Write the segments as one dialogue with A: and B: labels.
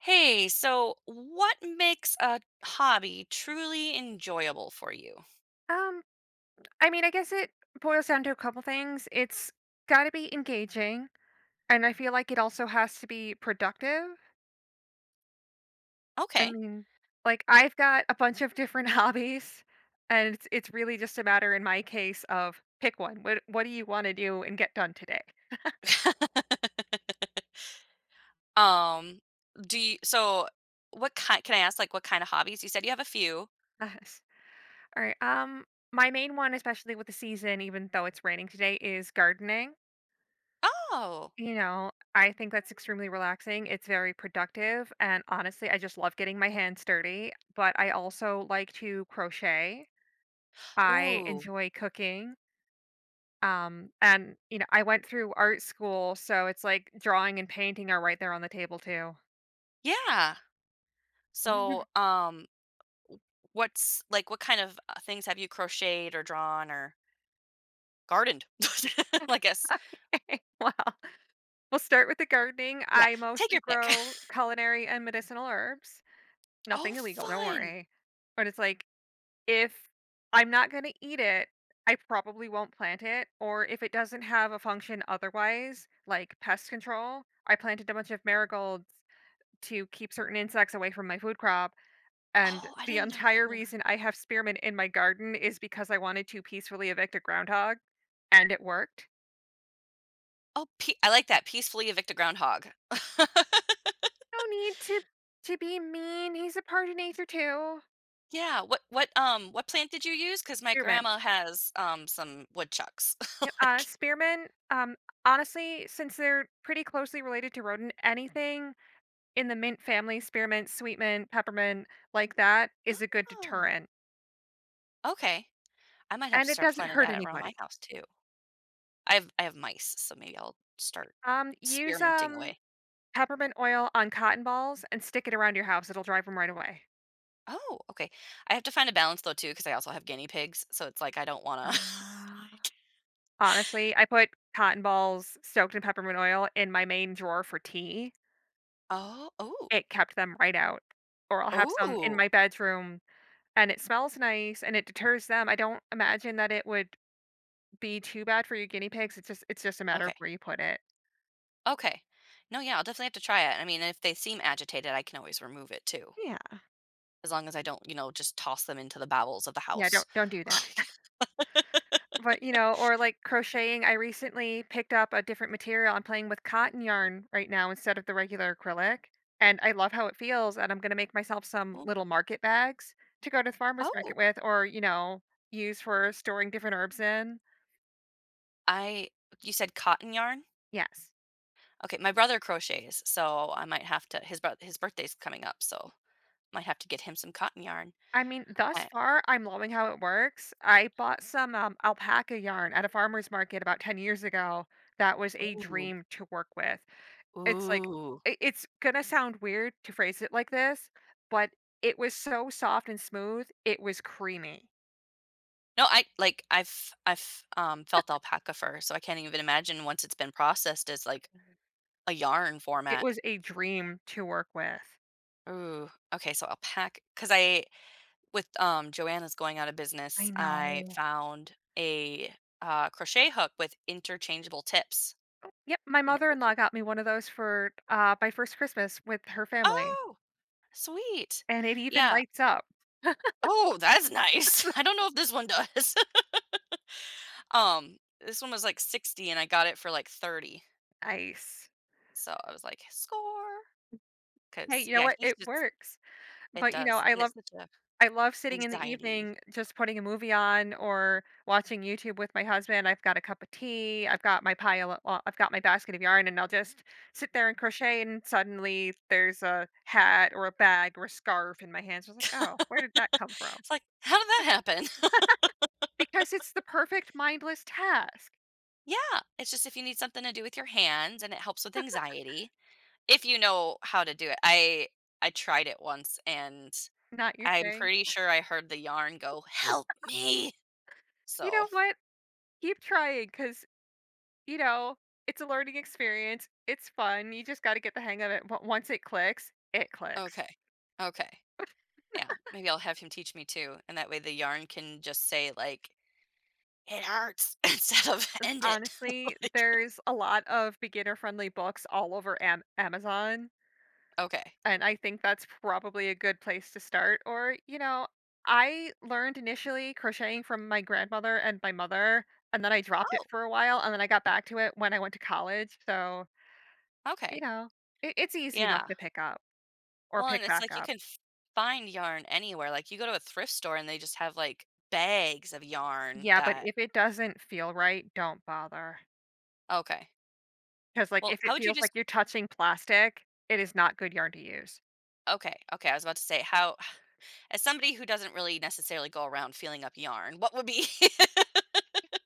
A: Hey, so what makes a hobby truly enjoyable for you?
B: Um, I mean, I guess it boils down to a couple things. It's got to be engaging, and I feel like it also has to be productive. I
A: Okay.
B: mean, like I've got a bunch of different hobbies, and it's really just a matter in my case of pick one. What do you want to do and get done today?
A: Um, do you, so what kind, can I ask like what kind of hobbies? You said you have a few.
B: Yes. All right. My main one, especially with the season, even though it's raining today, is gardening.
A: Oh,
B: You know, I think that's extremely relaxing. It's very productive. And honestly, I just love getting my hands dirty. But I also like to crochet. I
A: ooh,
B: enjoy cooking. And, I went through art school. So it's like drawing and painting are right there on the table, too.
A: yeah. So, w- what's like what kind of things have you crocheted or drawn or gardened? I guess.
B: Well, we'll start with the gardening.
A: Yeah.
B: I
A: Take
B: mostly
A: your pick.
B: grow culinary and medicinal herbs.
A: Oh,
B: Nothing illegal, don't
A: fun.
B: worry. But it's like if I'm not gonna eat it, I probably won't plant it, or if it doesn't have a function otherwise, like pest control, I planted a bunch of marigolds to keep certain insects away from my food crop, and
A: Oh, I
B: the
A: didn't know that.
B: entire
A: Mirror.
B: reason I have spearmint in my garden is because I wanted to peacefully evict a groundhog, and it worked.
A: Oh, I like that. Peacefully evict a groundhog.
B: No need to be mean, he's a part of nature too.
A: Yeah, what what plant did you use? Cause my
B: Spearmint.
A: grandma has, some woodchucks,
B: Yep,
A: like
B: spearmint, honestly, since they're pretty closely related to rodent, anything in the mint family, spearmint, sweet mint, peppermint, like that is a good
A: oh,
B: deterrent,
A: okay. I might have to
B: and it
A: start
B: doesn't
A: planting
B: hurt
A: that around
B: anybody.
A: my house too. I have mice, so maybe I'll start
B: Use,
A: experimenting away.
B: peppermint oil on cotton balls and stick it around your house, it'll drive them right away.
A: Oh, okay. I have to find a balance though too, because I also have guinea pigs, so it's like I don't wanna.
B: Ah. Honestly, I put cotton balls soaked in peppermint oil in my main drawer for tea.
A: Oh, oh,
B: It kept them right out, or I'll have some in
A: oh.
B: my bedroom, and it smells nice and it deters them. I don't imagine that it would be too bad for your guinea pigs, it's just a matter
A: Okay,
B: of where you put it.
A: okay. No, yeah, I'll definitely have to try it. I mean, if they seem agitated, I can always remove it too,
B: Yeah.
A: as long as I don't, you know, just toss them into the bowels of the
B: Yeah, don't
A: house.
B: don't do that. But, you know, or like crocheting, I recently picked up a different material. I'm playing with cotton yarn right now instead of the regular acrylic, and I love how it feels, and I'm gonna make myself some little market bags to go to the farmer's market
A: Oh,
B: with or, you know, use for storing different herbs in.
A: I you said cotton yarn?
B: Yes.
A: Okay, my brother crochets, so I might have to his brother, his birthday's coming up, so might have to get him some cotton yarn.
B: I mean, thus
A: I
B: far, I'm loving how it works. I bought some, alpaca yarn at a farmer's market about 10 years ago that was a
A: ooh,
B: dream to work with. It's like
A: ooh.
B: I it's gonna sound weird to phrase it like this, but it was so soft and smooth, it was creamy.
A: No, I like I've felt alpaca fur, so I can't even imagine once it's been processed as, like,
B: Mhm.
A: a yarn
B: It
A: format.
B: was a dream to work with.
A: Ooh, okay, so alpaca because I with, Joanna's going out of business,
B: I
A: I
B: know.
A: found a, crochet hook with interchangeable tips,
B: Yep, my
A: and it was
B: mother-in-law
A: like,
B: got me one of those for, my first Christmas with her family,
A: "Oh!" Sweet.
B: and it even
A: Yeah.
B: lights up.
A: Oh, that's nice. I don't know if this one does. um, this one was like 60 and I got it for like 30.
B: Nice.
A: So I was like, score.
B: Hey,
A: Cause
B: you know
A: yeah,
B: what?
A: he's
B: It
A: just,
B: works,
A: it
B: but, you know,
A: does. And it's such a
B: I love sitting in the
A: anxiety.
B: evening, just putting a movie on or watching YouTube with my husband. I've got a cup of tea. I've got my pile of, well, I've got my basket of yarn, and I'll just sit there and crochet. And suddenly there's a hat or a bag or a scarf in my hands. I was like, oh, where did that come from?
A: It's like, how did that happen?
B: Because it's the perfect mindless task,
A: Yeah. It's just if you need something to do with your hands and it helps with anxiety, if you know how to do it. I tried it once and
B: not your
A: I'm
B: thing.
A: pretty sure I heard the yarn go, help me.
B: You
A: So,
B: know what? Keep trying because, you know, it's a learning experience. It's fun. You just got to get the hang of it. But once it clicks, it clicks.
A: okay. Okay. Yeah, maybe I'll have him teach me too, and that way the yarn can just say like, "It hurts" instead of "End it."
B: Honestly,
A: Like
B: there's a lot of beginner-friendly books all over Am Amazon,
A: okay.
B: and I think that's probably a good place to start, or, you know, I learned initially crocheting from my grandmother and my mother, and then I dropped it
A: Oh,
B: for a while, and then I got back to it when I went to college, so, you
A: okay.
B: know, it's easy enough
A: Yeah.
B: to pick up or
A: Well, and
B: pick
A: it's
B: back
A: like you
B: up.
A: can f find yarn anywhere, like, you go to a thrift store and they just have, like, bags of yarn
B: Yeah, but
A: that
B: if it doesn't feel right, don't bother.
A: okay.
B: Because, like,
A: Well,
B: if
A: how
B: it
A: would you
B: feels like
A: just
B: you're touching plastic, it is not good yarn to use.
A: okay, okay, I was about to say how as somebody who doesn't really necessarily go around feeling up yarn, what would be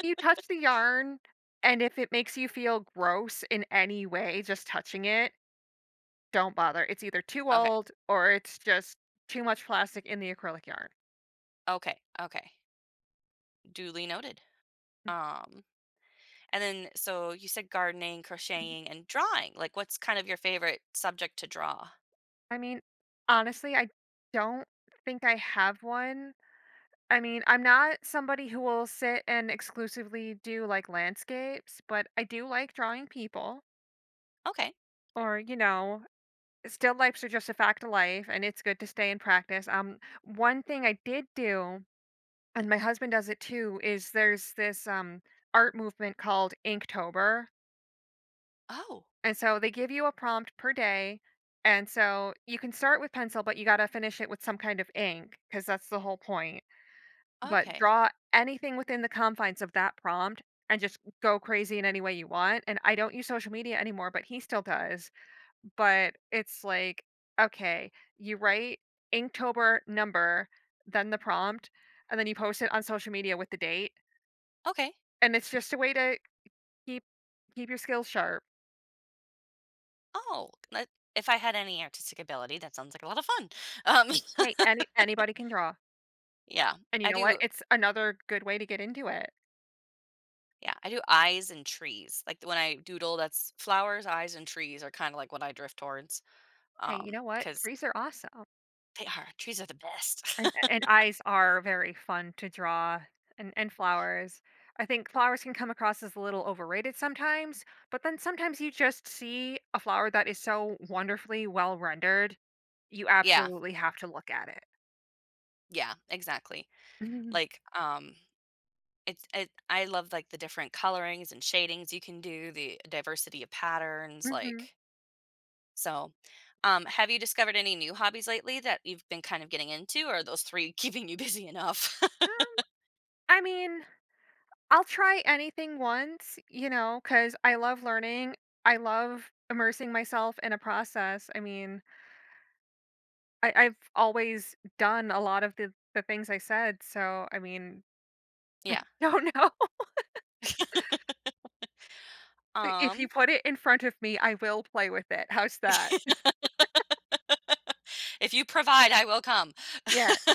B: You touch the yarn, and if it makes you feel gross in any way just touching it, don't bother. It's either too
A: okay,
B: old or it's just too much plastic in the acrylic yarn.
A: okay. Duly noted. Um, and then, so you said gardening,
B: Mhm.
A: crocheting, and drawing. Like, what's kind of your favorite subject to draw?
B: I mean, honestly, I don't think I have one. I mean, I'm not somebody who will sit and exclusively do like landscapes, but I do like drawing people
A: Okay.
B: or, you know, still lifes are just a fact of life and it's good to stay in practice. One thing I did do and my husband does it too is there's this art movement called inktober,
A: Oh,
B: and so they give you a prompt per day, and so you can start with pencil but you got to finish it with some kind of ink because that's the whole point, but
A: okay.
B: draw anything within the confines of that prompt and just go crazy in any way you want. And I don't use social media anymore but he still does. But it's like, okay, you write inktober number, then the prompt, and then you post it on social media with the date.
A: Okay.
B: And it's just a way to keep keep your skills sharp.
A: Oh, that- if I had any artistic ability, that sounds like a lot of fun. Um,
B: Hey, anybody can draw,
A: yeah,
B: and you
A: I
B: know what?
A: do.
B: It's another good way to get into it.
A: Yeah, I do eyes and trees. Like when I doodle, that's flowers, eyes, and trees are kind of like what I drift towards.
B: Hey, you know what?
A: Because
B: Trees are awesome,
A: they are trees are the best.
B: and eyes are very fun to draw, and flowers. I think flowers can come across as a little overrated sometimes, but then sometimes you just see a flower that is so wonderfully well rendered, you
A: Yeah,
B: absolutely have to look at it.
A: yeah, exactly.
B: Mhm,
A: Like, it's it I love, like, the different colorings and shadings you can do, the diversity of patterns,
B: mhm.
A: like so, have you discovered any new hobbies lately that you've been kind of getting into, or are those 3 keeping you busy enough?
B: Um, I mean, I'll try anything once, you know, because I love learning. I love immersing myself in a process. I mean, I've always done a lot of the things I said, so, I mean,
A: Yeah,
B: don't know. If you
A: um,
B: put it in front of me, I will play with it. How's that?
A: "If you provide, I will come."
B: Yeah.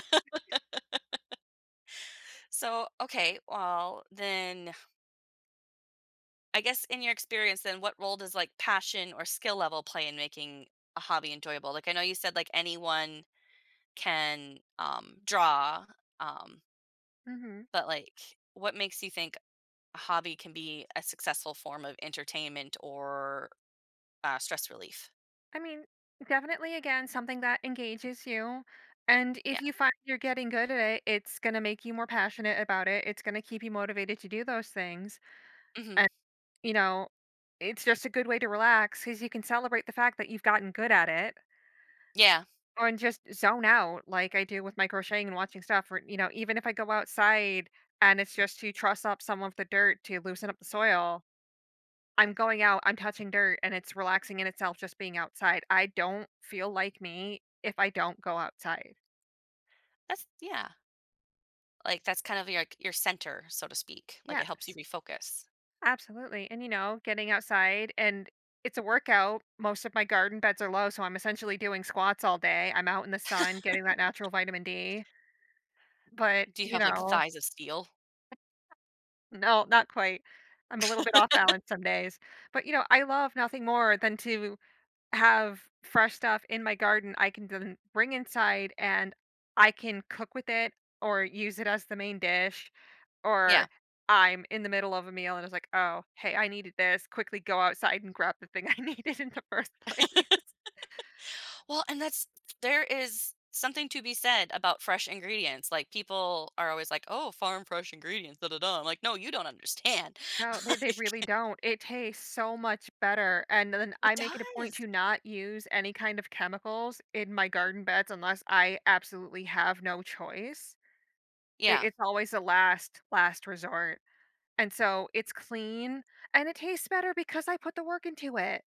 A: So, okay, well, then, I guess in your experience, then what role does, like, passion or skill level play in making a hobby enjoyable? Like, I know you said, like, anyone can, draw, um,
B: Mhm.
A: but, like, what makes you think a hobby can be a successful form of entertainment or, stress relief?
B: I mean, definitely, again, something that engages you, and if
A: Yeah.
B: you find you're getting good at it, it's gonna make you more passionate about it. It's gonna keep you motivated to do those things.
A: Mhm.
B: You know, it's just a good way to relax because you can celebrate the fact that you've gotten good at it,
A: Yeah.
B: or and just zone out like I do with my crocheting and watching stuff or, you know, even if I go outside and it's just to truss up some of the dirt to loosen up the soil, I'm going out, I'm touching dirt, and it's relaxing in itself just being outside. I don't feel like me if I don't go outside.
A: That's yeah. Like, that's kind of your, like, your center, so to speak. Like, it helps you
B: Yes.
A: refocus.
B: Absolutely. And you know, getting outside, and it's a workout. Most of my garden beds are low, so I'm essentially doing squats all day. I'm out in the sun getting that natural vitamin D. But,
A: Do you
B: you
A: have, like,
B: know,
A: thighs of steel?
B: no, not quite. I'm a little bit off balance some days. But, you know, I love nothing more than to have fresh stuff in my garden I can then bring inside and I can cook with it or use it as the main dish.
A: Yeah.
B: Or I'm in the middle of a meal and it's like, "Oh, hey, I needed this. Quickly go outside and grab the thing I needed in the first place."
A: Well, and that's there is something to be said about fresh ingredients. Like, people are always like, "Oh, farm fresh ingredients, da da da." I'm like, "No, you don't understand."
B: No, they really
A: Like,
B: don't. It tastes so much better, and then
A: it
B: I make it a point
A: does.
B: to not use any kind of chemicals in my garden beds unless I absolutely have no choice.
A: Yeah.
B: It's always a last, last resort, and so it's clean, and it tastes better because I put the work into it.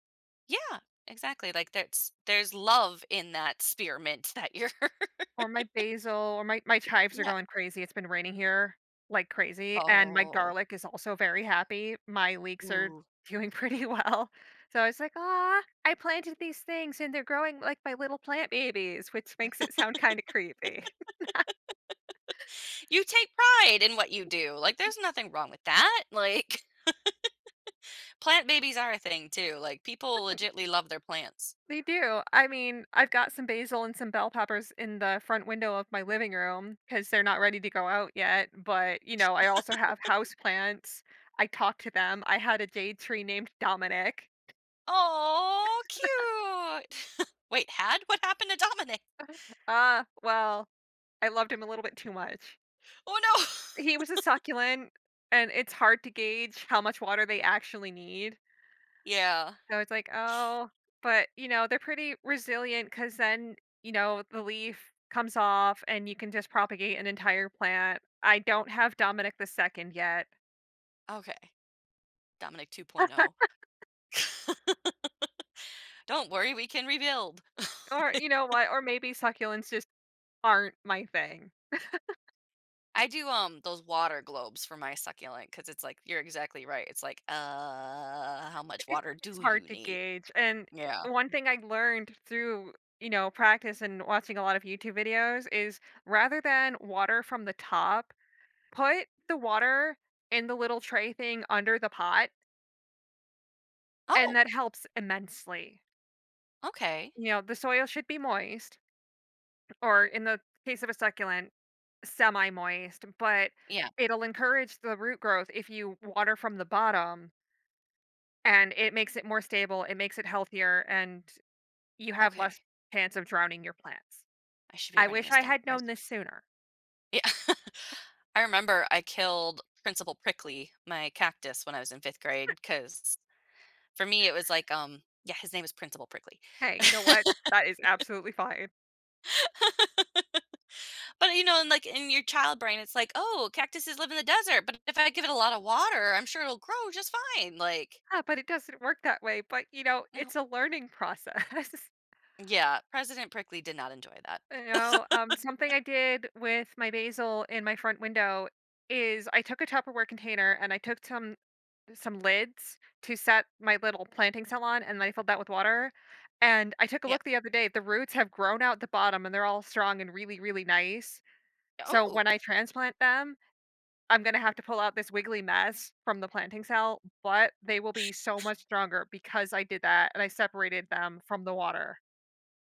A: Yeah, exactly, like, there's love in that spearmint that you're
B: Or my basil or my chives are
A: Yeah.
B: going crazy, it's been raining here like crazy, and my
A: Oh,
B: garlic is also very happy, my leeks are
A: ooh.
B: doing pretty well. So I was like, ah, I planted these things and they're growing like my little plant babies," which makes it sound kinda creepy.
A: You take pride in what you do, like, there's nothing wrong with that, like, plant babies are a thing too, like, people legitly love their plants.
B: They do, I mean, I've got some basil and some bell peppers in the front window of my living room because 'cause they're not ready to go out yet, but, you know, I also have house plants. I talk to them, I had a jade tree named Dominic.
A: Oh, cute. Wait, had? What happened to Dominic?
B: Ah, well, I loved him a little bit too much.
A: Oh, no.
B: He was a succulent, and it's hard to gauge how much water they actually need.
A: Yeah,
B: So it's like, oh, but you know, they're pretty resilient because then, you know, the leaf comes off and you can just propagate an entire plant. I don't have Dominic the second yet.
A: okay. Dominic 2.0. Don't worry, we can rebuild.
B: Or you know what? Or maybe succulents just aren't my thing.
A: I do, those water globes for my succulent because it's like you're exactly right. It's like, how much water
B: It's
A: do
B: hard
A: you
B: to
A: need?"
B: gauge, and
A: Yeah.
B: one thing I learned through, you know, practice and watching a lot of YouTube videos is rather than water from the top, put the water in the little tray thing under the pot, and
A: Oh,
B: that helps immensely.
A: okay.
B: You know, the soil should be moist, or in the case of a succulent, semi-moist, but
A: Yeah,
B: it'll encourage the root growth if you water from the bottom, and it makes it more stable, it makes it healthier, and you have
A: okay.
B: less chance of drowning your plants.
A: I should be
B: I
A: writing
B: wish
A: this
B: I
A: down.
B: had
A: Where's
B: known this sooner.
A: yeah. I remember I killed Principal Prickly, my cactus, when I was in 5th grade. Because for me, it was like, yeah, his name was Principal Prickly.
B: Hey, you know what? That is absolutely fine.
A: But, you know, and, like, in your child brain, it's like, "Oh, cactuses live in the desert, but if I give it a lot of water, I'm sure it'll grow just fine." Like,
B: Ah, but it doesn't work that way. But you know,
A: no.
B: it's a learning process.
A: Yeah, President Prickly did not enjoy that.
B: You know, something I did with my basil in my front window is I took a Tupperware container and I took some lids to set my little planting cell on, and I filled that with water. And I took a
A: Yeah.
B: look the other day. The roots have grown out the bottom, and they're all strong and really, really nice. So
A: Oh,
B: when I transplant them, I'm gonna have to pull out this wiggly mess from the planting cell, but they will be so much stronger because I did that and I separated them from the water.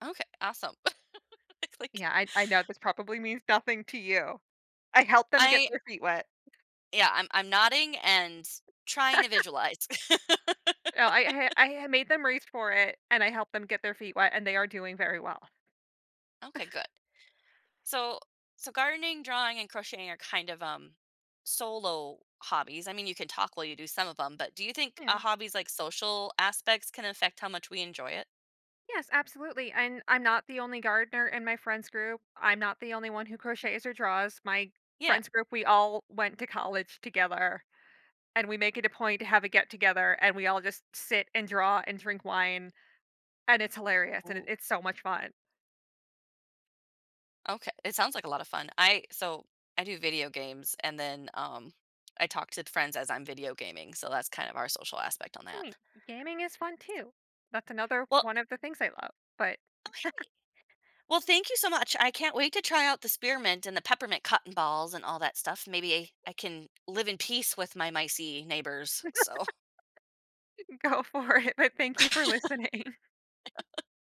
A: okay, awesome. Like,
B: Yeah, I know this probably means nothing to you. I helped them get
A: I
B: their feet wet.
A: yeah, I'm nodding and trying to visualize.
B: No, I made them reach for it, and I helped them get their feet wet, and they are doing very well.
A: Okay, good. So so gardening, drawing, and crocheting are kind of, solo hobbies. I mean, you can talk while you do some of them, but do you think
B: Yeah.
A: a hobby's, like, social aspects can affect how much we enjoy it?
B: Yes, absolutely, and I'm not the only gardener in my friends group. I'm not the only one who crochets or draws. My
A: Yeah.
B: friends group, we all went to college together, and we make it a point to have a get together and we all just sit and draw and drink wine, and it's hilarious and
A: Ooh.
B: it's so much fun.
A: Okay, it sounds like a lot of fun. I so I do video games and then I talk to friends as I'm video gaming, so that's kind of our social aspect on
B: I
A: that.
B: mean, gaming is fun too. That's another
A: Well,
B: one of the things I love. But
A: okay. Well, thank you so much. I can't wait to try out the spearmint and the peppermint cotton balls and all that stuff. Maybe I can live in peace with my micey neighbors. So
B: go for it. But thank you for listening.